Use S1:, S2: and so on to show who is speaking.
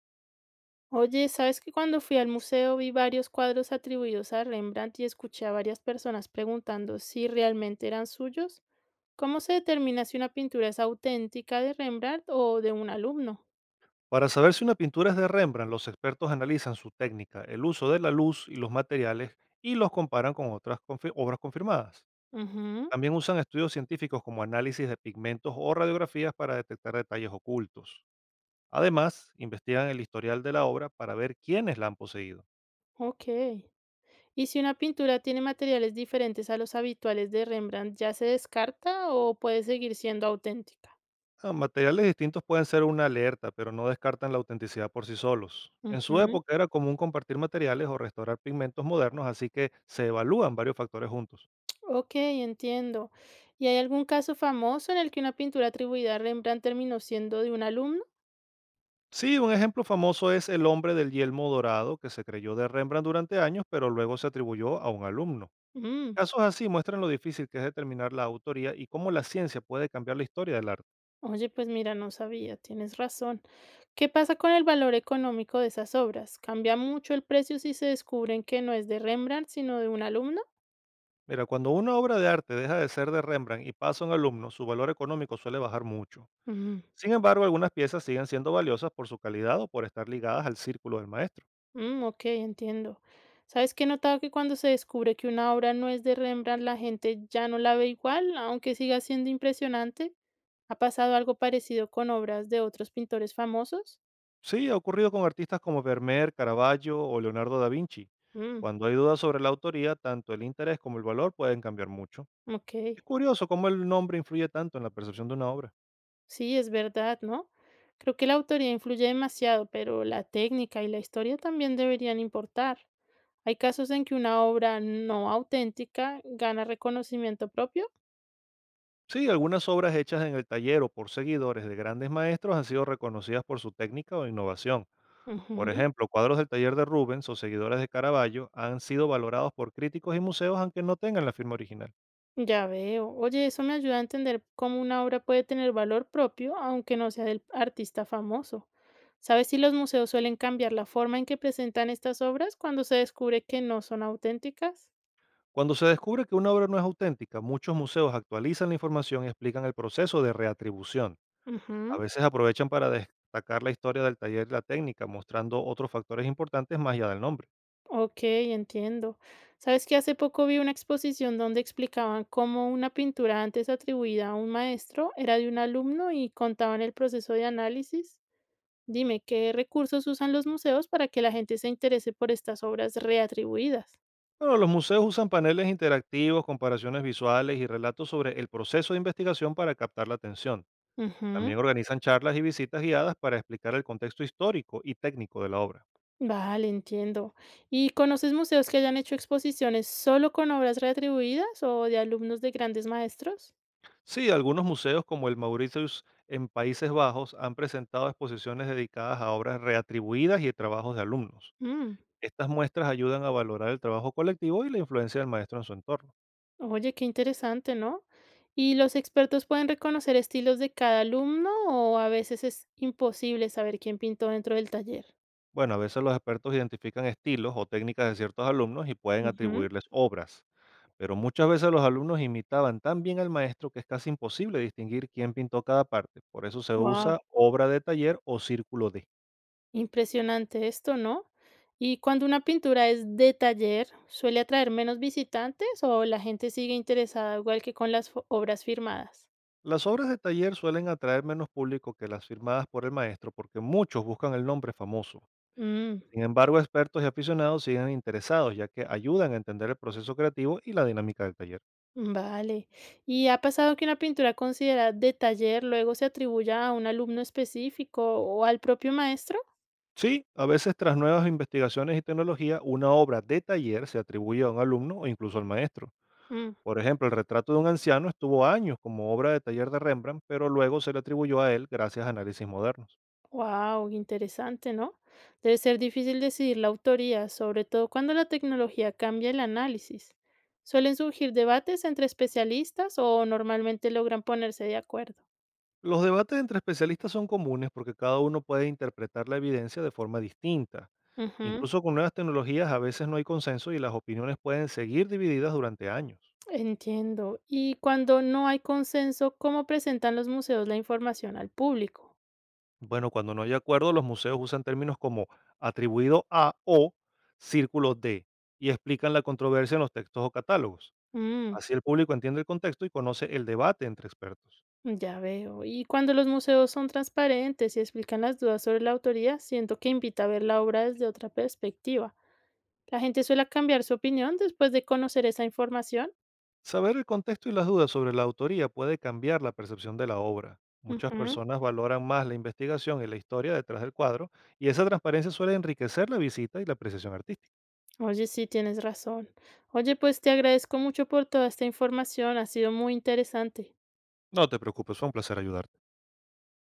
S1: Oye, ¿sabes que cuando fui al museo vi varios cuadros atribuidos a Rembrandt y escuché a varias personas preguntando si realmente eran suyos? ¿Cómo se determina si una pintura es auténtica de Rembrandt o de un alumno?
S2: Para saber si una pintura es de Rembrandt, los expertos analizan su técnica, el uso de la luz y los materiales y los comparan con obras confirmadas.
S1: Ujú,
S2: También usan estudios científicos como análisis de pigmentos o radiografías para detectar detalles ocultos. Además, investigan el historial de la obra para ver quiénes la han poseído.
S1: ok. ¿Y si una pintura tiene materiales diferentes a los habituales de Rembrandt, ya se descarta o puede seguir siendo auténtica?
S2: Materiales distintos pueden ser una alerta, pero no descartan la autenticidad por sí solos. En su
S1: Ujú,
S2: época era común compartir materiales o restaurar pigmentos modernos, así que se evalúan varios factores juntos.
S1: ok, entiendo. ¿Y hay algún caso famoso en el que una pintura atribuida a Rembrandt terminó siendo de un alumno?
S2: Sí, un ejemplo famoso es El hombre del yelmo dorado, que se creyó de Rembrandt durante años, pero luego se atribuyó a un alumno.
S1: Mm.
S2: Casos así muestran lo difícil que es determinar la autoría y cómo la ciencia puede cambiar la historia del arte.
S1: Oye, pues mira, no sabía, tienes razón. ¿Qué pasa con el valor económico de esas obras? ¿Cambia mucho el precio si se descubren que no es de Rembrandt, sino de un alumno?
S2: Mira, cuando una obra de arte deja de ser de Rembrandt y pasa a un alumno, su valor económico suele bajar mucho.
S1: Mm,
S2: Sin embargo, algunas piezas siguen siendo valiosas por su calidad o por estar ligadas al círculo del maestro.
S1: mm, ok, entiendo. ¿Sabes qué he notado que cuando se descubre que una obra no es de Rembrandt, la gente ya no la ve igual, aunque siga siendo impresionante? ¿Ha pasado algo parecido con obras de otros pintores famosos?
S2: Sí, ha ocurrido con artistas como Vermeer, Caravaggio o Leonardo da Vinci.
S1: Mm,
S2: Cuando hay dudas sobre la autoría, tanto el interés como el valor pueden cambiar mucho. Es
S1: ok.
S2: curioso cómo el nombre influye tanto en la percepción de una obra.
S1: Sí, es verdad, ¿no? Creo que la autoría influye demasiado, pero la técnica y la historia también deberían importar. Hay casos en que una obra no auténtica gana reconocimiento propio.
S2: Sí, algunas obras hechas en el taller o por seguidores de grandes maestros han sido reconocidas por su técnica o innovación. Por
S1: Ujú.
S2: ejemplo, cuadros del taller de Rubens o seguidores de Caravaggio han sido valorados por críticos y museos aunque no tengan la firma original.
S1: Ya veo. Oye, eso me ayuda a entender cómo una obra puede tener valor propio, aunque no sea del artista famoso. ¿Sabes si los museos suelen cambiar la forma en que presentan estas obras cuando se descubre que no son auténticas?
S2: Cuando se descubre que una obra no es auténtica, muchos museos actualizan la información y explican el proceso de reatribución. A
S1: Ujú.
S2: veces aprovechan para destacar la historia del taller y la técnica, mostrando otros factores importantes más allá del nombre.
S1: Ok, entiendo. Sabes que hace poco vi una exposición donde explicaban cómo una pintura antes atribuida a un maestro era de un alumno y contaban el proceso de análisis. Dime, ¿qué recursos usan los museos para que la gente se interese por estas obras reatribuidas?
S2: Bueno, los museos usan paneles interactivos, comparaciones visuales y relatos sobre el proceso de investigación para captar la atención.
S1: Ujú.
S2: También organizan charlas y visitas guiadas para explicar el contexto histórico y técnico de la obra.
S1: Vale, entiendo. ¿Y conoces museos que hayan hecho exposiciones solo con obras reatribuidas o de alumnos de grandes maestros?
S2: Sí, algunos museos como el Mauritius en Países Bajos han presentado exposiciones dedicadas a obras reatribuidas y trabajos de alumnos.
S1: Mm.
S2: Estas muestras ayudan a valorar el trabajo colectivo y la influencia del maestro en su entorno.
S1: Oye, qué interesante, ¿no? ¿Y los expertos pueden reconocer estilos de cada alumno o a veces es imposible saber quién pintó dentro del taller?
S2: Bueno, a veces los expertos identifican estilos o técnicas de ciertos alumnos y pueden atribuirles obras. Pero muchas veces los alumnos imitaban tan bien al maestro que es casi imposible distinguir quién pintó cada parte. Por eso se usa
S1: Wow.
S2: obra de taller o círculo de.
S1: Impresionante esto, ¿no? Y cuando una pintura es de taller, ¿suele atraer menos visitantes o la gente sigue interesada igual que con las obras firmadas?
S2: Las obras de taller suelen atraer menos público que las firmadas por el maestro porque muchos buscan el nombre famoso.
S1: Mm,
S2: Sin embargo, expertos y aficionados siguen interesados ya que ayudan a entender el proceso creativo y la dinámica del taller.
S1: vale. ¿Y ha pasado que una pintura considerada de taller luego se atribuya a un alumno específico o al propio maestro?
S2: Sí, a veces tras nuevas investigaciones y tecnología, una obra de taller se atribuye a un alumno o incluso al maestro.
S1: Mm.
S2: Por ejemplo, el retrato de un anciano estuvo años como obra de taller de Rembrandt, pero luego se le atribuyó a él gracias a análisis modernos.
S1: Wow, interesante, ¿no? Debe ser difícil decidir la autoría, sobre todo cuando la tecnología cambia el análisis. ¿Suelen surgir debates entre especialistas o normalmente logran ponerse de acuerdo?
S2: Los debates entre especialistas son comunes porque cada uno puede interpretar la evidencia de forma distinta.
S1: Ujú,
S2: Incluso con nuevas tecnologías a veces no hay consenso y las opiniones pueden seguir divididas durante años.
S1: entiendo. Y cuando no hay consenso, ¿cómo presentan los museos la información al público?
S2: Bueno, cuando no hay acuerdo, los museos usan términos como atribuido a o círculo de y explican la controversia en los textos o catálogos.
S1: Mm.
S2: Así el público entiende el contexto y conoce el debate entre expertos.
S1: Ya veo. Y cuando los museos son transparentes y explican las dudas sobre la autoría, siento que invita a ver la obra desde otra perspectiva. La gente suele cambiar su opinión después de conocer esa información.
S2: Saber el contexto y las dudas sobre la autoría puede cambiar la percepción de la obra. Muchas
S1: Ujú.
S2: personas valoran más la investigación y la historia detrás del cuadro, y esa transparencia suele enriquecer la visita y la apreciación artística.
S1: Oye, sí, tienes razón. Oye, pues te agradezco mucho por toda esta información, ha sido muy interesante.
S2: No te preocupes, fue un placer ayudarte.